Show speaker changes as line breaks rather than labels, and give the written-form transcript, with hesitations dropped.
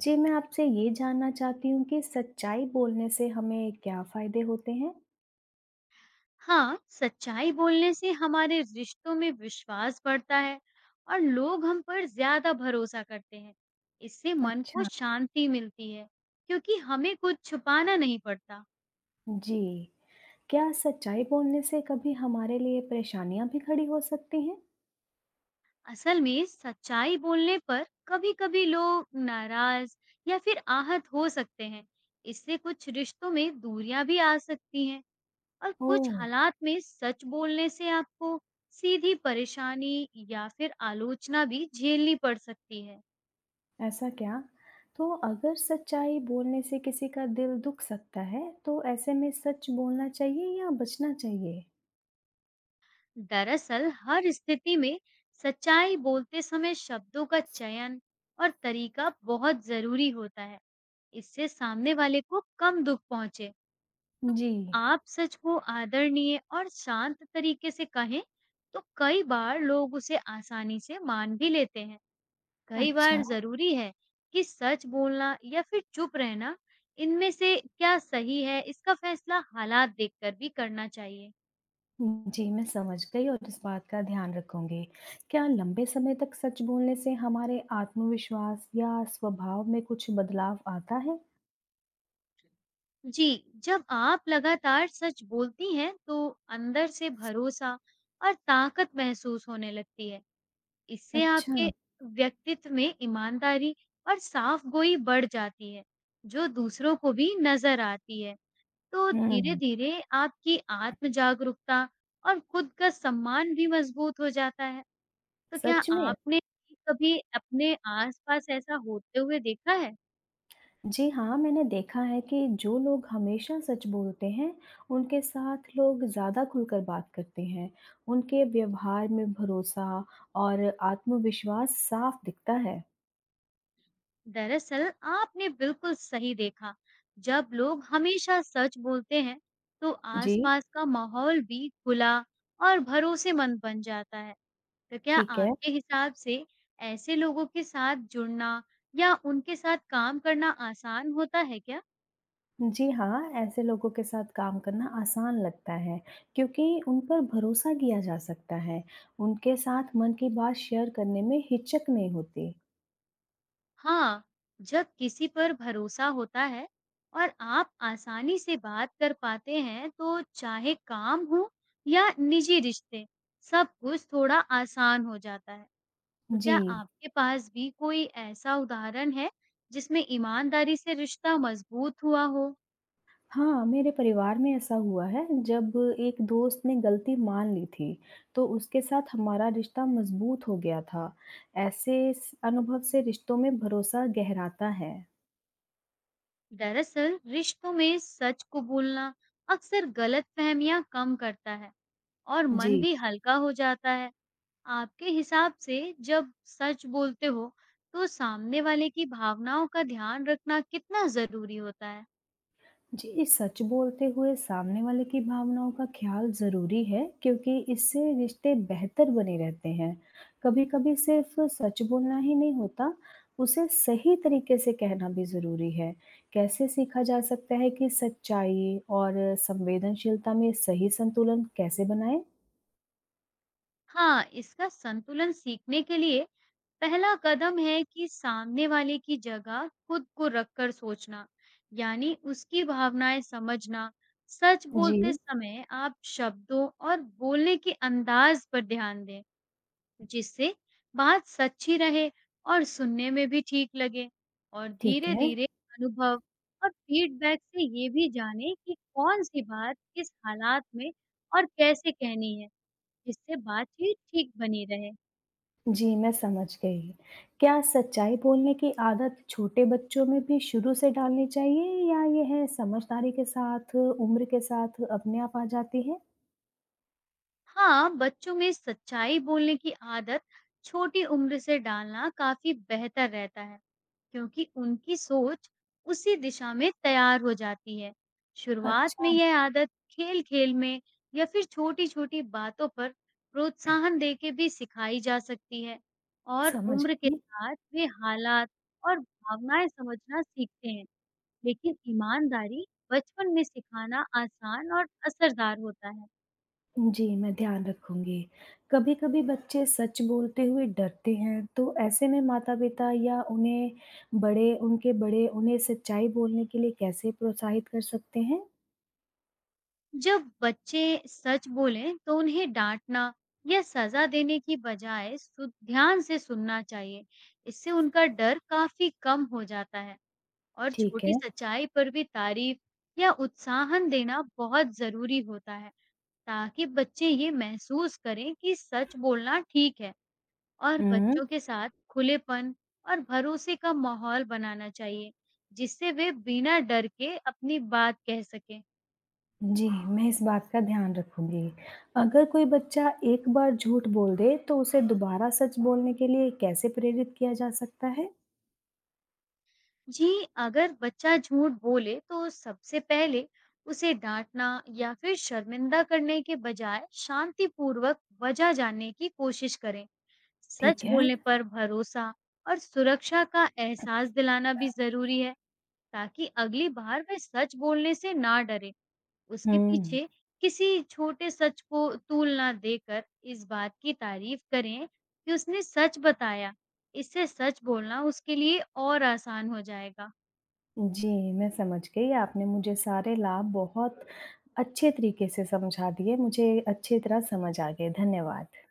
जी, मैं आपसे ये जानना चाहती हूँ कि सच्चाई बोलने से हमें क्या फ़ायदे होते हैं?
हाँ, सच्चाई बोलने से हमारे रिश्तों में विश्वास बढ़ता है और लोग हम पर ज्यादा भरोसा करते हैं। इससे मन को
अच्छा।
शांति मिलती है क्योंकि हमें कुछ छुपाना नहीं पड़ता।
जी, क्या सच्चाई बोलने से कभी हमारे लिए परेशानियाँ भी खड़ी हो सकती हैं?
असल में सच्चाई बोलने पर कभी-कभी लोग नाराज या फिर आहत हो सकते हैं। इससे कुछ रिश्तों में दूरियां भी आ सकती हैं और कुछ
ओह!
हालात में सच बोलने से आपको सीधी परेशानी या फिर आलोचना भी झेलनी पड़ सकती है।
ऐसा क्या? तो अगर सच्चाई बोलने से किसी का दिल दुख सकता है, तो ऐसे में सच बोलना चाहिए या बचना चाहिए?
दरअसल हर स्थिति में सच्चाई बोलते समय शब्दों का चयन और तरीका बहुत जरूरी होता है। इससे सामने वाले को कम दुख पहुंचे।
जी,
आप सच को आदरणीय और शांत तरीके से कहें तो कई बार लोग उसे आसानी से मान भी लेते हैं। कई
अच्छा।
बार जरूरी है कि सच बोलना या फिर चुप रहना, इनमें से क्या सही है, इसका फैसला हालात देखकर भी करना चाहिए।
जी, मैं समझ गई और इस बात का ध्यान रखूँगी। क्या लंबे समय तक सच बोलने से हमारे आत्मविश्वास या स्वभाव में कुछ बदलाव आता है?
जी, जब आप लगातार सच बोलती हैं, तो अंदर से भरोसा और ताकत महसूस होने लगती है। इससे
अच्छा,
आपके व्यक्तित्व में ईमानदारी और साफ़गोई बढ़ जाती है, जो दूसरों को भी नज़र आती है। तो
हुँ।
धीरे-धीरे आपकी आत्म-जागरूकता और खुद का सम्मान भी मज़बूत हो जाता है। तो क्या
सच में?
आपने कभी अपने आस-पास ऐसा होते हुए देखा है?
जी हाँ, मैंने देखा है कि जो लोग हमेशा सच बोलते हैं, उनके साथ लोग ज़्यादा खुलकर बात करते हैं। उनके व्यवहार में भरोसा और आत्मविश्वास साफ दिखता है।
दरअसल आपने बिल्कुल सही देखा। जब लोग हमेशा सच बोलते हैं तो
जी,
आसपास का माहौल भी खुला और भरोसेमंद बन जाता है। तो क्या
ठीक है।
आपके हिसाब से ऐसे लोगों के साथ जुड़ना या उनके साथ काम करना आसान होता है क्या?
जी हाँ, ऐसे लोगों के साथ काम करना आसान लगता है क्योंकि उन पर भरोसा किया जा सकता है। उनके साथ मन की बात शेयर करने में हिचक नहीं होती।
हाँ, जब किसी पर भरोसा होता है और आप आसानी से बात कर पाते हैं तो चाहे काम हो या निजी रिश्ते, सब कुछ थोड़ा आसान हो जाता है। तो
जी,
क्या आपके पास भी कोई ऐसा उदाहरण है जिसमें ईमानदारी से रिश्ता मजबूत हुआ हो?
हाँ, मेरे परिवार में ऐसा हुआ है जब एक दोस्त ने गलती मान ली थी, तो उसके साथ हमारा रिश्ता मजबूत हो गया था। ऐसे अनुभव से रिश्तों में भरोसा गहराता है।
दरअसल रिश्तों में सच को बोलना अक्सर गलतफहमियां कम करता है और
जी
मन भी हल्का हो जाता है। आपके हिसाब से जब सच बोलते हो तो सामने वाले की भावनाओं का ध्यान रखना कितना जरूरी होता है?
जी, सच बोलते हुए सामने वाले की भावनाओं का ख्याल ज़रूरी है क्योंकि इससे रिश्ते बेहतर बने रहते हैं। कभी-कभी सिर्फ सच बोलना ही नहीं होता, उसे सही तरीके से कहना भी ज़रूरी है। कैसे सीखा जा सकता है कि सच्चाई और संवेदनशीलता में सही संतुलन कैसे बनाएँ?
हाँ, इसका संतुलन सीखने के लिए पहला कदम है कि सामने वाले की जगह खुद को रखकर सोचना, यानी उसकी भावनाएं समझना। सच बोलते
जी,
समय आप शब्दों और बोलने के अंदाज पर ध्यान दें, जिससे बात सच्ची रहे और सुनने में भी ठीक लगे। और
ठीक है।
धीरे-धीरे अनुभव और फीडबैक से ये भी जानें कि कौन सी बात किस हालात में और कैसे कहनी है, जिससे बातचीत ठीक बनी रहे।
जी, मैं समझ गई। क्या सच्चाई बोलने की आदत छोटे बच्चों में भी शुरू से डालनी चाहिए या यह समझदारी के साथ, उम्र के साथ अपने आप आ जाती है?
हाँ, बच्चों में सच्चाई बोलने की आदत छोटी उम्र से डालना काफी बेहतर रहता है, क्योंकि उनकी सोच उसी दिशा में तैयार हो जाती है। शुरुआत में
अच्छा,
यह आदत खेल-खेल में या फिर छोटी-छोटी बातों पर प्रोत्साहन देके भी सिखाई जा सकती है, और
समझ
उम्र के
गई।
साथ वे हालात और भावनाएं समझना सीखते हैं, लेकिन ईमानदारी बचपन में सिखाना आसान और असरदार होता है।
जी, मैं ध्यान रखूँगी। कभी-कभी बच्चे सच बोलते हुए डरते हैं, तो ऐसे में माता-पिता या उन्हें बड़े उनके बड़े उन्हें सच्चाई बोलने के लिए कैसे प्रोत्साहित कर सकते हैं?
जब बच्चे सच बोलें तो उन्हें डांटना या सजा देने की बजाय ध्यान से सुनना चाहिए। इससे उनका डर काफी कम हो जाता है और
ठीक है।
छोटी सच्चाई पर भी तारीफ या उत्साहन देना बहुत जरूरी होता है, ताकि बच्चे ये महसूस करें कि सच बोलना ठीक है। और
हुँ।
बच्चों के साथ खुलेपन और भरोसे का माहौल बनाना चाहिए, जिससे वे बिना डर के अपनी बात कह सकें।
जी, मैं इस बात का ध्यान रखूँगी। अगर कोई बच्चा एक बार झूठ बोल दे, तो उसे दोबारा सच बोलने के लिए कैसे प्रेरित किया जा सकता है?
जी, अगर बच्चा झूठ बोले तो सबसे पहले उसे डांटना या फिर शर्मिंदा करने के बजाय शांतिपूर्वक वजह जानने की कोशिश करें।
ठीक
सच
है।
बोलने पर भरोसा और सुरक्षा का एहसास दिलाना भी जरूरी है, ताकि अगली बार वह सच बोलने से ना डरे। उसके
हुँ।
पीछे किसी छोटे सच को तूल ना देकर इस बात की तारीफ करें कि उसने सच बताया। इससे सच बोलना उसके लिए और आसान हो जाएगा।
जी, मैं समझ गई। आपने मुझे सारे लाभ बहुत अच्छे तरीके से समझा दिए। मुझे अच्छी तरह समझ आ गए। धन्यवाद।